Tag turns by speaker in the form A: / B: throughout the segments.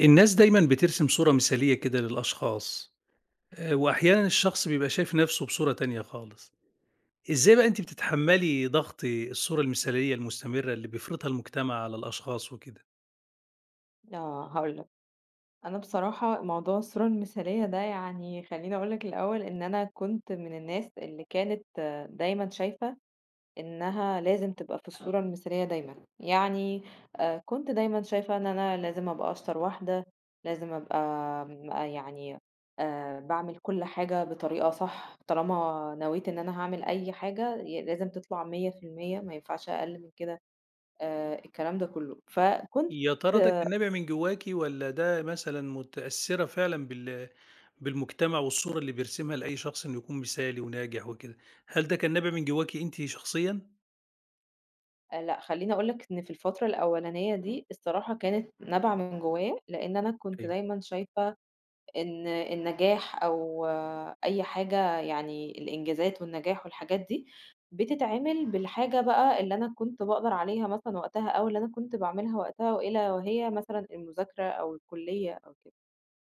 A: الناس دايمًا بترسم صورة مثالية كده للأشخاص، وأحيانًا الشخص بيبقى شايف نَفْسه بصورة تانية خالص، إزاي بقى أنتِ بتتحمّلي ضغط الصورة المثالية المستمرة اللي بيفرضها المجتمع على الأشخاص وكده؟
B: آه، هاقول لك، أنا بصراحة موضوع الصورة المثالية ده يعني خلّيني أقول لك الأول إن أنا كنت من الناس اللي كانت دايمًا شايفة إنها لازم تبقى في الصورة المثالية دايمًا، يعني كنت دايمًا شايفة إن أنا لازم أبقى أشطر واحدة، لازم أبقى م آه، يعني باعمل كل حاجة بطريقة صح، طالما نويت إن أنا هاعمل أي حاجة لازم تطلع 100% ما ينفعش أقل من كده، الكلام ده كله، فكنت.
A: يا ترى ده
B: إمم.
A: كان نابع من جواكِ والّا ده مثلًا متأثّرة فعلًا بالمجتمع والصورة اللي بيرسمها لأي شخص إنه يكون مثالي وناجح وكده، هل ده كان نابع من جواكِ أنتِ شخصيًا؟
B: لأ، خلّيني أقول لك إن في الفترة الأولانية دي الصراحة كانت نابعة من جوايا، لإن أنا كنت
A: أيوه،
B: دايمًا شايفة إن النجاح أو أي حاجة يعني الإنجازات والنجاح والحاجات دي، بتتعمل بالحاجة بقى اللي أنا كنت باقدر عليها مثلًا وقتها أو اللي أنا كنت باعملها وقتها وإلا وهي مثلًا المذاكرة أو الكلية أو كده.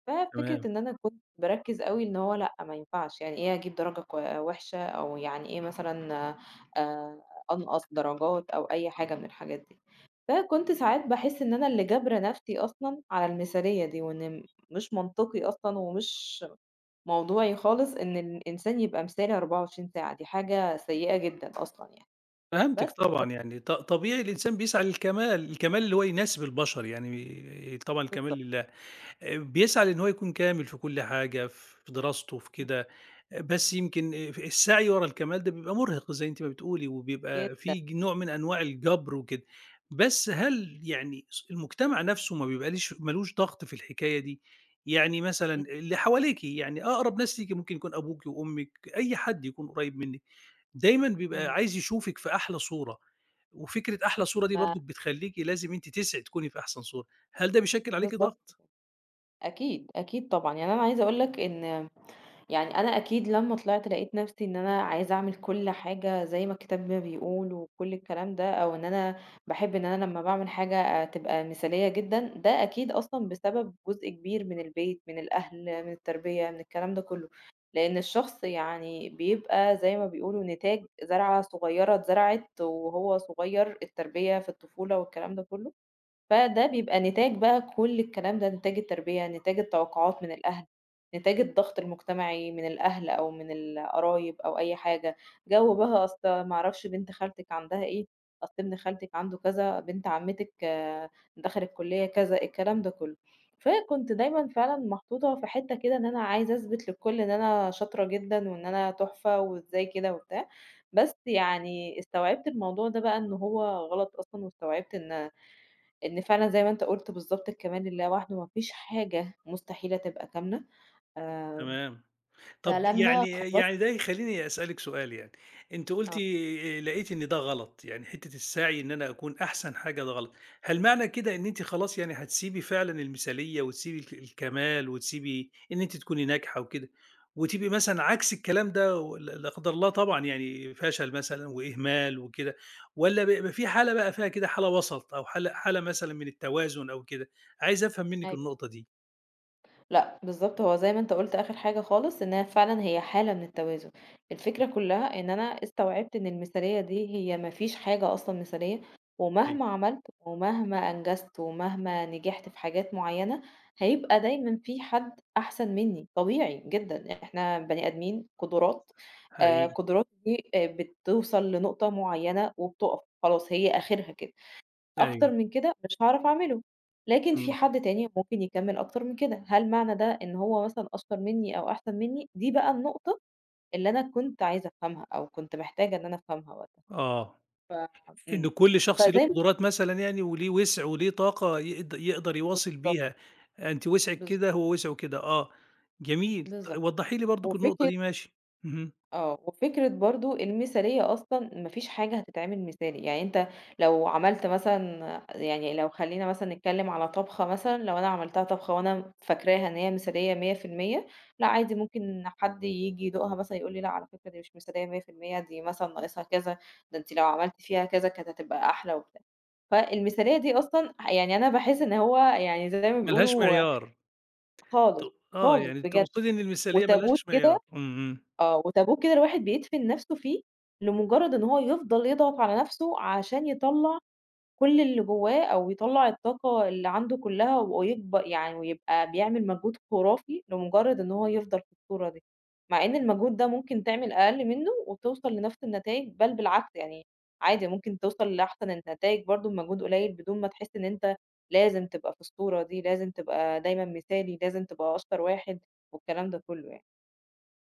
B: ففكرة
A: تمام.
B: إن أنا كنت باركّز أوي إن هو لأ، ما ينفعش، يعني إيه أجيب درجة كوي وِحشة أو يعني إيه مثلًا آآ أنقص درجات أو أي حاجة من الحاجات دي. فكنت ساعات باحس إن أنا اللي جابرة نَفْسي أصلًا على المثالية دي، وإن مش منطقي أصلًا ومش موضوعي خالص إن الإنسان يبقى مثالي 24 ساعة، دي حاجة سيئة جدًا أصلًا يعني.
A: فهمتِك
B: بس
A: طبعًا، يعني طبيعي الإنسان بيسعى للكمال، الكمال اللي هو يناسب البشر يعني طبعًا الكمال
B: بالضبط،
A: لله، بيسعى لإن هو يكون كامل في كل حاجة، في دراسته في
B: إمم.
A: كده، بس يمكن السعي ورا الكمال ده بيبقى مرهق زي أنتِ ما بتقولي، وبيبقى
B: جدًا،
A: في نوع من أنواع الجبر وكده، بس هل يعني المجتمع نفسه ما لوش ضغط في الحكاية دي؟ يعني مثلًا
B: إمم،
A: اللي حواليكِ يعني أقرب ناس ليكِ ممكن يكون أبوكِ وأمِك، أي حد يكون قريب منِّك. دايمًا بيبقى
B: إمم.
A: عايز يشوفِك في أحلى صورة، وفكرة أحلى صورة دي
B: ما
A: برضه بتخلّيكِ لازم أنتِ تسعي تكوني في أحسن صورة، هل ده بيشكِّل عليكِ
B: بالضبط،
A: ضغط؟
B: أكيد، أكيد طبعًا. يعني أنا عايزة أقول لك إن يعني أنا أكيد لمّا طلعت لقيت نفسي إن أنا عايزة أعمل كل حاجة زي ما الكتاب ما بيقول وكل الكلام ده، أو إن أنا باحب إن أنا لمّا باعمل حاجة تبقى مثالية جدًا، ده أكيد أصلًا بسبب جزء كبير من البيت، من الأهل، من التربية، من الكلام ده كله، لإن الشخص يعني بيبقى زي ما بيقولوا نتاج زرعة صغيرة اتزرعت وهو صغير، التربية في الطفولة والكلام ده كله. فده بيبقى نتاج بقى كل الكلام ده، نتاج التربية، نتاج التوقعات من الأهل، نتاج الضغط المجتمعي من الأهل أو من القرايب أو أي حاجة، جو بقى أصل ما أعرفش بنت خالتِك عندها إيه، أصل ابن خالتِك عنده كذا، بنت عمتِك دخلت كلية كذا، الكلام ده كله. فكنت دايمًا فعلًا محطوطة في حتة كده إن أنا عايزة أثبت للكل إن أنا شاطرة جدًا وإن أنا تحفة وإزاي كده وبتاع، بس يعني استوعبت الموضوع ده بقى إن هو غلط أصلًا واستوعبت إن فعلًا زي ما أنت قُلت بالضبط الكمال لله وحده، ما فيش حاجة مستحيلة تبقى كاملة. آآ
A: تمام.
B: ده
A: طب
B: لمّا
A: يعني
B: خلّصت.
A: يعني ده يخلّيني أسألِك سؤال يعني، أنتِ قُلتِ
B: آه،
A: لقيتِ إن ده غلط، يعني حتّة السعي إن أنا أكون أحسن حاجة ده غلط، هل معنى كده
B: إمم،
A: إن أنتِ خلاص يعني هتسيبي فعلًا المثالية وتسيبي الكمال وتسيبي إن أنتِ تكوني ناجحة وكده، وتبقي مثلًا عكس الكلام ده لا لا قدر الله طبعًا يعني فشل مثلًا وإهمال وكده، والّا بيبقى في حالة بقى فيها كده حالة وسط أو حالة مثلًا من التوازن أو كده؟ عايز أفهم منِّك
B: أيوه.
A: النقطة دي.
B: لأ، بالضبط هو زي ما أنت قُلت آخر حاجة خالص، إنها فعلًا هي حالة من التوازن، الفكرة كلّها إن أنا استوعبت إن المثالية دي هي ما فيش حاجة أصلًا مثالية،
A: أيوه.
B: ومهما عملت ومهما أنجزت ومهما نجحت في حاجات معيّنة، هيبقى دايمًا في حد أحسن منّي، طبيعي جدًا، إحنا بني آدمين قدرات،
A: حقيقي،
B: قدرات دي بتوصل لنقطة معيّنة وبتُقف، خلاص هي آخرها كده. أكتر
A: أيوه،
B: من كده مش هاعرف أعمله، لكن في
A: إمم،
B: حد تاني ممكن يكمّل أكتر من كده، هل معنى ده إن هو مثلًا أشطر منّي أو أحسن منّي؟ دي بقى النقطة اللي أنا كنت عايزة أفهمها أو كنت محتاجة إن أنا أفهمها وقتها،
A: آه.
B: ف
A: إن
B: إمم،
A: كل شخص ليه
B: فزي ما
A: قدرات مثلًا يعني وليه وسع وليه طاقة يقدر يواصل
B: بالضبط،
A: بيها، أنتِ وسعِك
B: بالضبط،
A: كده، هو وسعه كده، آه، جميل،
B: بالضبط،
A: وضّحي لي برضُك النقطة
B: وفكرة
A: دي ماشي، اهم،
B: وفكرة برضه المثالية أصلًا ما فيش حاجة هتتعمل مثالي، يعني أنت لو عملت مثلًا يعني لو خلّينا مثلًا نتكلم على طبخة مثلًا، لو أنا عملتها طبخة وأنا فاكراها إن هي مثالية 100%، لأ، عادي ممكن حد ييجي يدوقها مثلًا يقول لي: "لأ، على فكرة دي مش مثالية 100% دي مثلًا ناقصها كذا، ده أنتِ لو عملتِ فيها كذا كانت هتبقى أحلى." وبتاع. فالمثالية دي أصلًا يعني أنا باحس إن هو يعني زي ما
A: ما لهاش
B: بيقولوا
A: معيار، ت
B: خالص،
A: آه،
B: خالص
A: يعني
B: بجد.
A: تقصدي إن المثالية ما
B: وتابوت
A: لهاش معيار،
B: كده
A: إمم، إمم.
B: آه، وتابوه كده الواحد بيدفن نفسه فيه، لمجرد إن هو يفضل يضغط على نفسه عشان يطلّع كل اللي جوّاه أو يطلّع الطاقة اللي عنده كلّها يعني ويبقى بيعمل مجهود خرافي لمجرد إن هو يفضل في الصورة دي، مع إن المجهود ده ممكن تعمل أقل منّه وتوصل لنفس النتايج بل بالعكس يعني عادي ممكن توصل لأحسن النتايج برضه بمجهود قليل بدون ما تحس إن أنت لازم تبقى في الصورة دي، لازم تبقى دايمًا مثالي، لازم تبقى أشطر واحد والكلام ده كلّه يعني.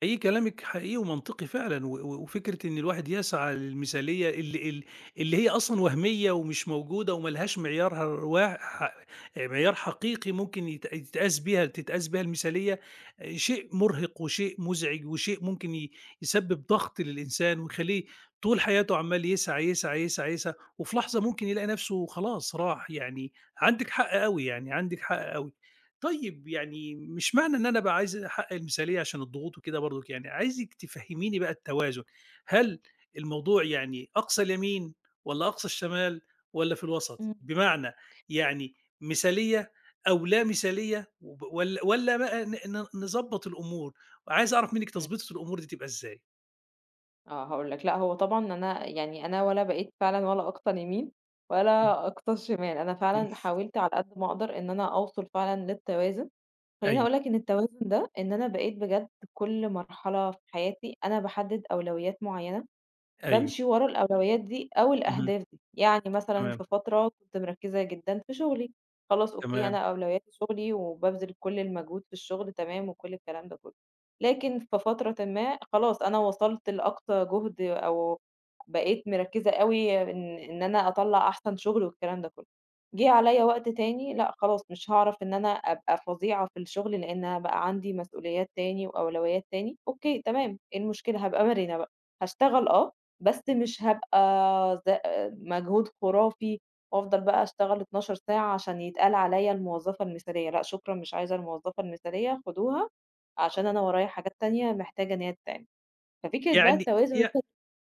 A: حقيقي كلامِك حقيقي ومنطقي فعلًا، و و وفكرة إن الواحد يسعى للمثالية اللي اللي هي أصلًا وهمية ومش موجودة وما لهاش معيارها الوا ح معيار حقيقي ممكن يتقاس بيها تتقاس بيها المثالية، آه، شيء مرهق وشيء مزعج وشيء ممكن يسبب ضغط للإنسان ويخلّيه طول حياته عمّال يسعى، يسعى، يسعى، يسعى، وفي لحظة ممكن يلاقي نفسه خلاص راح، يعني عندِك حق أوي، يعني عندِك حق أوي. طيب يعني مش معنى إن أنا بقى عايز أحقق المثالية عشان الضغوط وكده برضُك يعني، عايزِك تفهّميني بقى التوازن، هل الموضوع يعني أقصى اليمين والّا أقصى الشمال والّا في الوسط؟
B: إمم.
A: بمعنى يعني مثالية أو لا مثالية والّا بقى ن ن نضبّط الأمور، عايز أعرف منِّك
B: إمم.
A: تضبيطة الأمور دي تبقى إزاي؟
B: آه، هاقول لك، لأ هو طبعًا يعني أنا ولا بقيت فعلًا ولا أقطن يمين ولا أقطن شمال، أنا فعلًا حاولت على قد ما أقدر إن أنا أوصل فعلًا للتوازن، خلّيني
A: أيوه،
B: أقول لك إن التوازن ده إن أنا بقيت بجد كل مرحلة في حياتي أنا باحدد أولويات معيّنة
A: أيوه،
B: بامشي ورا الأولويات دي أو
A: اهم،
B: الأهداف دي، يعني مثلًا
A: تمام،
B: في فترة كنت مركّزة جدًا في شغلي، خلاص أوكي
A: تمام.
B: أنا أولوياتي شغلي وبابذل كل المجهود في الشغل تمام وكل الكلام ده كله، لكن في فترة ما خلاص أنا وصلت لأقصى جهد أو بقيت مركّزة أوي إن أنا أطلّع أحسن شغل والكلام ده كله، جِه عليَّ وقت تاني لأ خلاص مش هاعرف إن أنا أبقى فظيعة في الشغل لإن بقى عندي مسؤوليات تاني وأولويات تاني، أوكي تمام إيه المشكلة هابقى مرنة بقى، هاشتغل بس مش هابقى ز مجهود خرافي وأفضل بقى أشتغل 12 ساعة عشان يتقال عليَّ الموظفة المثالية، لأ شكرًا مش عايزة الموظفة المثالية خدوها عشان أنا ورايا حاجات تانية محتاجة إن هي تتعمل، ففكرة بقى
A: يعني
B: التوازن اللي
A: إيه
B: أنت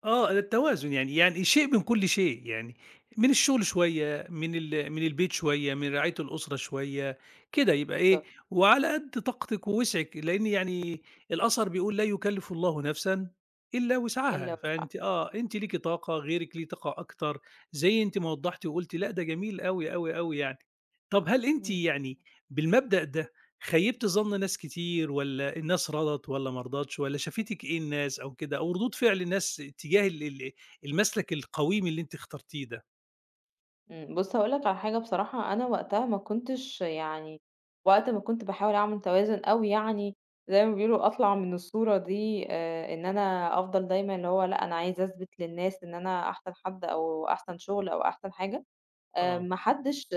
A: آه، التوازن يعني يعني شيء من كل شيء، يعني من الشغل شوية، من البيت شوية، من رعاية الأسرة شوية، كده يبقى إيه،
B: بالضبط،
A: وعلى قد طاقتِك ووسعِك، لإن يعني الأثر بيقول لا يكلّف الله نفسًا إلا
B: اللَّا
A: وسعها،
B: وسعها،
A: فأنتِ آه، أنتِ ليكِ طاقة، غيرِك ليه طاقة أكتر، زي أنتِ ما وضّحتِ وقُلتِ لأ، ده جميل أوي، أوي، أوي يعني. طَب هل أنتِ
B: إمم.
A: يعني بالمبدأ ده خيّبتِ ظَن ناس كتير والّا الناس رضت والّا ما رضتش والّا شافتِك إيه الناس أو كده، أو ردود فعل الناس تجاه ال ال المسلك القويم اللي أنتِ اخترتيه ده؟
B: إمم، بُص هاقول لك على حاجة بصراحة، أنا وقتها ما كنتش يعني وقت ما كنت باحاول أعمل توازن أو يعني زي ما بيقولوا أطلع من الصورة دي إن أنا أفضل دايمًا اللي هو لأ، أنا عايزة أثبت للناس إن أنا أحسن حد أو أحسن شغل أو أحسن حاجة،
A: آه،
B: ما حدش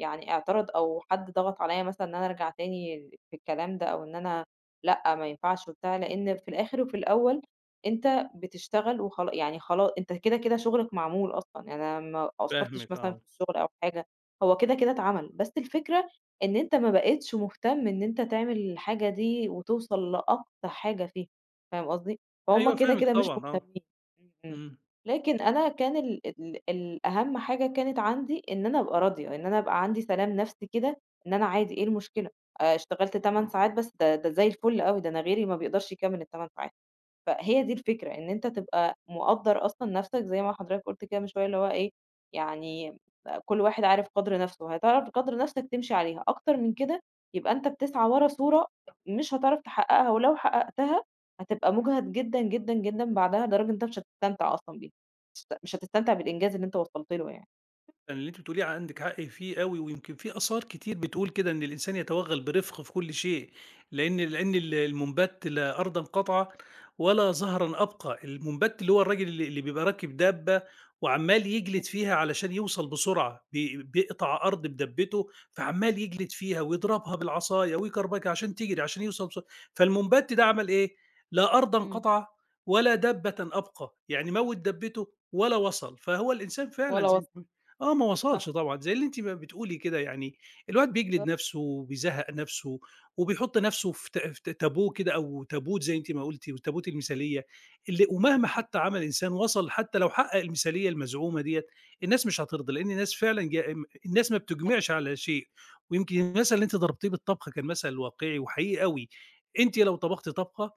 B: يعني اعترض أو حد ضغط عليّا مثلًا إن أنا أرجع تاني في الكلام ده أو إن أنا لأ، ما ينفعش وبتاع، لإن في الآخر وفي الأول أنت بتشتغل يعني خلا أنت كده، كده شغلك معمول أصلًا، يعني أنا ما قصّرتش
A: فاهمِك
B: مثلًا
A: آه.
B: في الشغل أو حاجة، هو كده، كده اتعمل، بس الفكرة إن أنت ما بقيتش مهتم إن أنت تعمل الحاجة دي وتوصل لأقصى حاجة فيها، فاهم قصدي؟
A: أيوه
B: فهُم كده،
A: فاهمِك
B: كده مش
A: طبعًا آه.
B: مهتمين. إمم، إمم.
A: إمم.
B: لكن أنا كان ال ال الأهم حاجة كانت عندي إن أنا أبقى راضية، إن أنا أبقى عندي سلام نفسي كده، إن أنا عادي إيه المشكلة، اشتغلت 8 ساعات بس ده زي الفل أوي، ده أنا غيري ما بيقدرش يكمّل ال8 ساعات. فهي دي الفكرة، إن أنت تبقى مقدّر أصلًا نَفْسك زي ما حضرتك قُلت كده من شوية، اللي هو إيه، يعني كل واحد عارف قدْر نَفْسه، هتعرف قدْر نَفْسك تمشي عليها، أكتر من كده يبقى أنت بتسعى ورا صورة مش هتعرف تحقّقها، ولو حققتها هتبقى مُجهد جدًا، جدًا، جدًا بعدها لدرجة إن أنت مش هتستمتع أصلًا بيها، مش هتستمتع بالإنجاز اللي أنت وصلت له يعني.
A: اللي أنتِ بتقوليه عندِك حق فيه أوي، ويمكن في آثار كتير بتقول كده إن الإنسان يتوغّل برفق في كل شيء، لأن المنبت لا أرضًا قطع ولا زهرًا أبقى، المنبت اللي هو الراجل اللي بيبقى راكب دابة وعمّال
B: إمم،
A: يجلد فيها علشان يوصل بسرعة، بيقطع أرض بدبته فعمّال يجلد فيها ويضربها بالعصاية ويكربجها عشان تجري عشان يوصل بسرعة، فالمنبت ده عمل إيه؟ لا أرضًا
B: إمم،
A: قطع ولا دابةً أبقى، يعني موّت دبته ولا وصل، فهو الإنسان فعلًا
B: ولا
A: زي
B: وصْل،
A: ما وصلش
B: صح،
A: طبعًا، زي اللي أنتِ بتقولي كده يعني، الواحد بيجلد
B: بالضبط،
A: نَفْسه وبيزهّق نَفْسه وبيحُط نَفْسه في تابوه كده أو تابوت زي أنتِ ما قُلتِ وتابوت المثالية، اللي ومهما
B: إمم،
A: حتى عمل إنسان وصل حتى لو حقق المثالية المزعومة ديّة، الناس مش هترضى، لإن الناس فعلًا ج م الناس ما
B: أيوه،
A: بتُجمعش على شيء، ويمكن المثل اللي أنتِ ضربتيه بالطبخة كان مثل واقعي وحقيقي أوي، أنتِ لو
B: إمم،
A: طبختِ طبخة،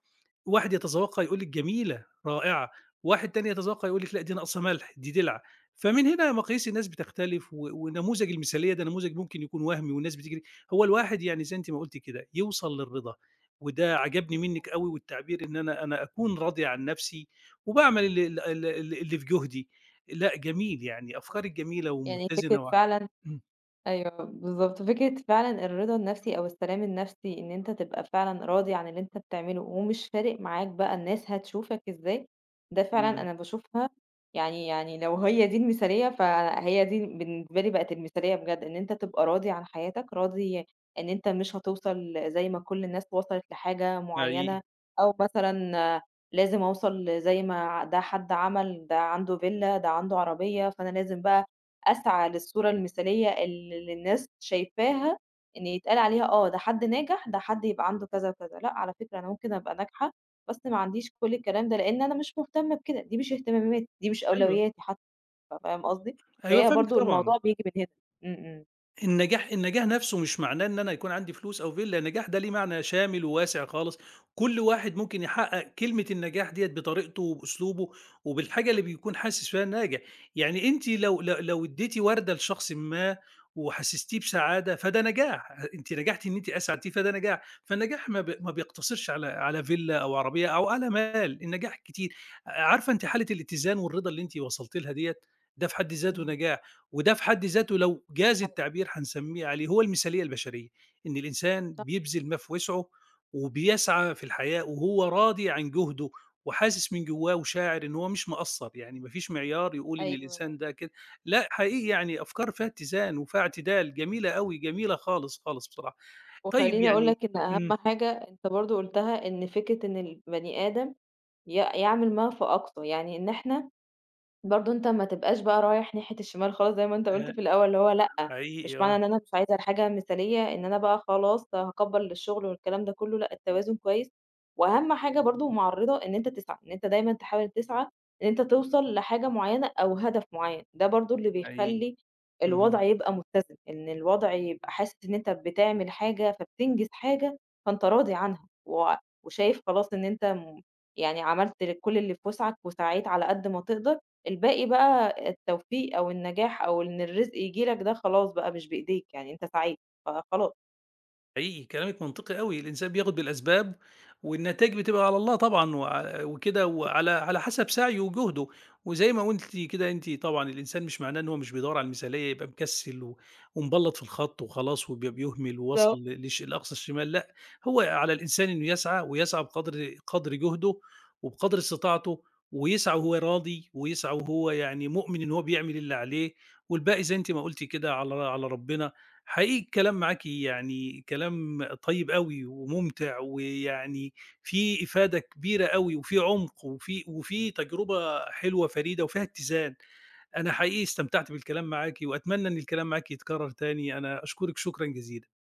A: واحد يتذوقها يقول لِك جميلة، رائعة، واحد تاني يتذوقها يقول لِك لأ دي ناقصة ملح، دي دلع، فمن هنا مقاييس الناس بتختلف ونموذج المثالية ده نموذج ممكن يكون وهمي والناس بتجري هو الواحد يعني زي أنتِ ما قُلتِ كده، يوصل للرضا، وده عجبني
B: ده
A: منِّك
B: حقيقي.
A: أوي والتعبير إن أنا أكون راضي عن نَفْسي وباعمل ال ال ال ال اللي في جُهدي. لأ جميل، يعني أفكارِك جميلة
B: يعني فكرة
A: ومتّزنة
B: فعلًا
A: إمم.
B: أيوه، بالضبط. فكرة فعلًا الرضا النفسي أو السلام النفسي إن أنت تبقى فعلًا راضي عن اللي أنت بتعمله ومش فارق معاك بقى الناس هتشوفك إزاي، ده فعلًا
A: إمم.
B: أنا باشوفها يعني يعني لو هي دي المثالية، فهي دي بالنسبة لي بقت المثالية بجد، إن أنت تبقى راضي عن حياتك، راضي إن أنت مش هتوصل زي ما كل الناس وصلت لحاجة
A: حقيقي.
B: معيّنة أو مثلًا لازم أوصل زي ما ده حد عمل، ده عنده فيلا، ده عنده عربية، فأنا لازم بقى أسعى للصورة المثالية اللي الناس شايفاها إن يتقال عليها ده حد ناجح، ده حد يبقى عنده كذا وكذا، لأ على فكرة أنا ممكن أبقى ناجحة بس ما عنديش كل الكلام ده، لإن أنا مش مهتمة بكده، دي مش اهتماماتي، دي مش
A: أيوه.
B: أولوياتي حتى، فاهم قصدي؟
A: أيوه
B: فهي
A: فاهمِك
B: برضه
A: طبعًا.
B: الموضوع بييجي من هنا. إمم، إمم.
A: النجاح النجاح نفسه مش معناه إن أنا يكون عندي فلوس أو فيلا، النجاح ده ليه معنى شامل وواسع خالص، كل واحد ممكن يحقق كلمة النجاح ديّة بطريقته وبأسلوبه وبالحاجة اللي بيكون حاسس فيها ناجح، يعني أنتِ لو اديتِ وردة لشخص ما وحسستيه بسعادة فده نجاح، أنتِ نجحتِ إن أنتِ أسعدتيه فده نجاح، فالنجاح ما
B: بالضبط،
A: بيقتصرش على على فيلا أو عربية أو على مال، النجاح كتير، عارفة أنتِ حالة الاتزان والرضا اللي أنتِ وصلتِ لها ديّة، ده في حد ذاته
B: إمم.
A: نجاح. وده في حد ذاته لو جاز
B: حلو،
A: التعبير هنسميه عليه هو المثالية البشرية، إن الإنسان
B: صح،
A: بيبذل ما في وسعه وبيسعى في الحياة وهو راضي عن جهده وحاسس من جواه وشاعر إن هو مش مقصّر، يعني ما فيش معيار يقول إن
B: أيوه.
A: الإنسان ده كده، لأ حقيقي يعني أفكار فيها اتزان وفيها اعتدال جميلة أوي، جميلة خالص، خالص بصراحة. طيب
B: وخلّيني أقول
A: يعني
B: لك إن أهم
A: إمم،
B: حاجة أنت برضه قُلتها، إن فكرة إن البني آدم ي يعمل ما فأقصى، يعني إن إحنا برضه أنت ما تبقاش بقى رايح ناحية الشمال خالص زي ما أنت
A: آآ
B: قُلت في الأول، اللي هو لأ، مش
A: حقيقي
B: معنى
A: آه،
B: إن أنا مش عايزة الحاجة مثالية إن أنا بقى خلاص هاكبّر للشغل والكلام ده كلّه، لأ، التوازن كويس، وأهم حاجة برضه معرّضة إن أنت تسعى، إن أنت دايمًا تحاول تسعى إن أنت توصل لحاجة معيّنة أو هدف معيّن، ده برضه اللي
A: حقيقي.
B: بيخلّي
A: اهم.
B: الوضع يبقى متّزن، إن الوضع يبقى حاسس إن أنت بتعمل حاجة فبتنجز حاجة فأنت راضي عنها، وشايف خلاص إن أنت يعني عملت كل اللي في وسعك وسعيت على قد ما تقدر. الباقي بقى التوفيق أو النجاح أو إن الرزق ييجي لك ده خلاص بقى مش بإيديك، يعني أنت سعيد فخلاص.
A: حقيقي كلامِك منطقي أوي، الإنسان بياخد بالأسباب والنتايج بتبقى على الله طبعًا وكده وعلى على حسب سعيه وجهده، وزي ما قُلتِ كده أنتِ طبعًا الإنسان مش معناه إن هو مش بيدوّر على المثالية يبقى مكسّل ومبلّط في الخط وخلاص بيهمل ووصل
B: بالضبط.
A: ل لش لأقصى الشمال، لأ، هو على الإنسان إنه يسعى ويسعى بقدر جهده وبقدر استطاعته، ويسعى وهو راضي ويسعى وهو يعني مؤمن إن هو بيعمل اللي عليه، والباقي زي أنتِ ما قُلتِ كده على على ربنا. حقيقي الكلام معاكِ يعني كلام طيب أوي وممتع، ويعني في إفادة كبيرة أوي وفي عمق وفي تجربة حلوة فريدة وفيها اتزان. أنا حقيقي استمتعت بالكلام معاكِ وأتمنى إن الكلام معاكِ يتكرر تاني، أنا أشكرِك شكرًا جزيلًا.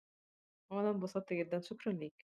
B: وأنا انبسطت جدًا، شكرًا ليك.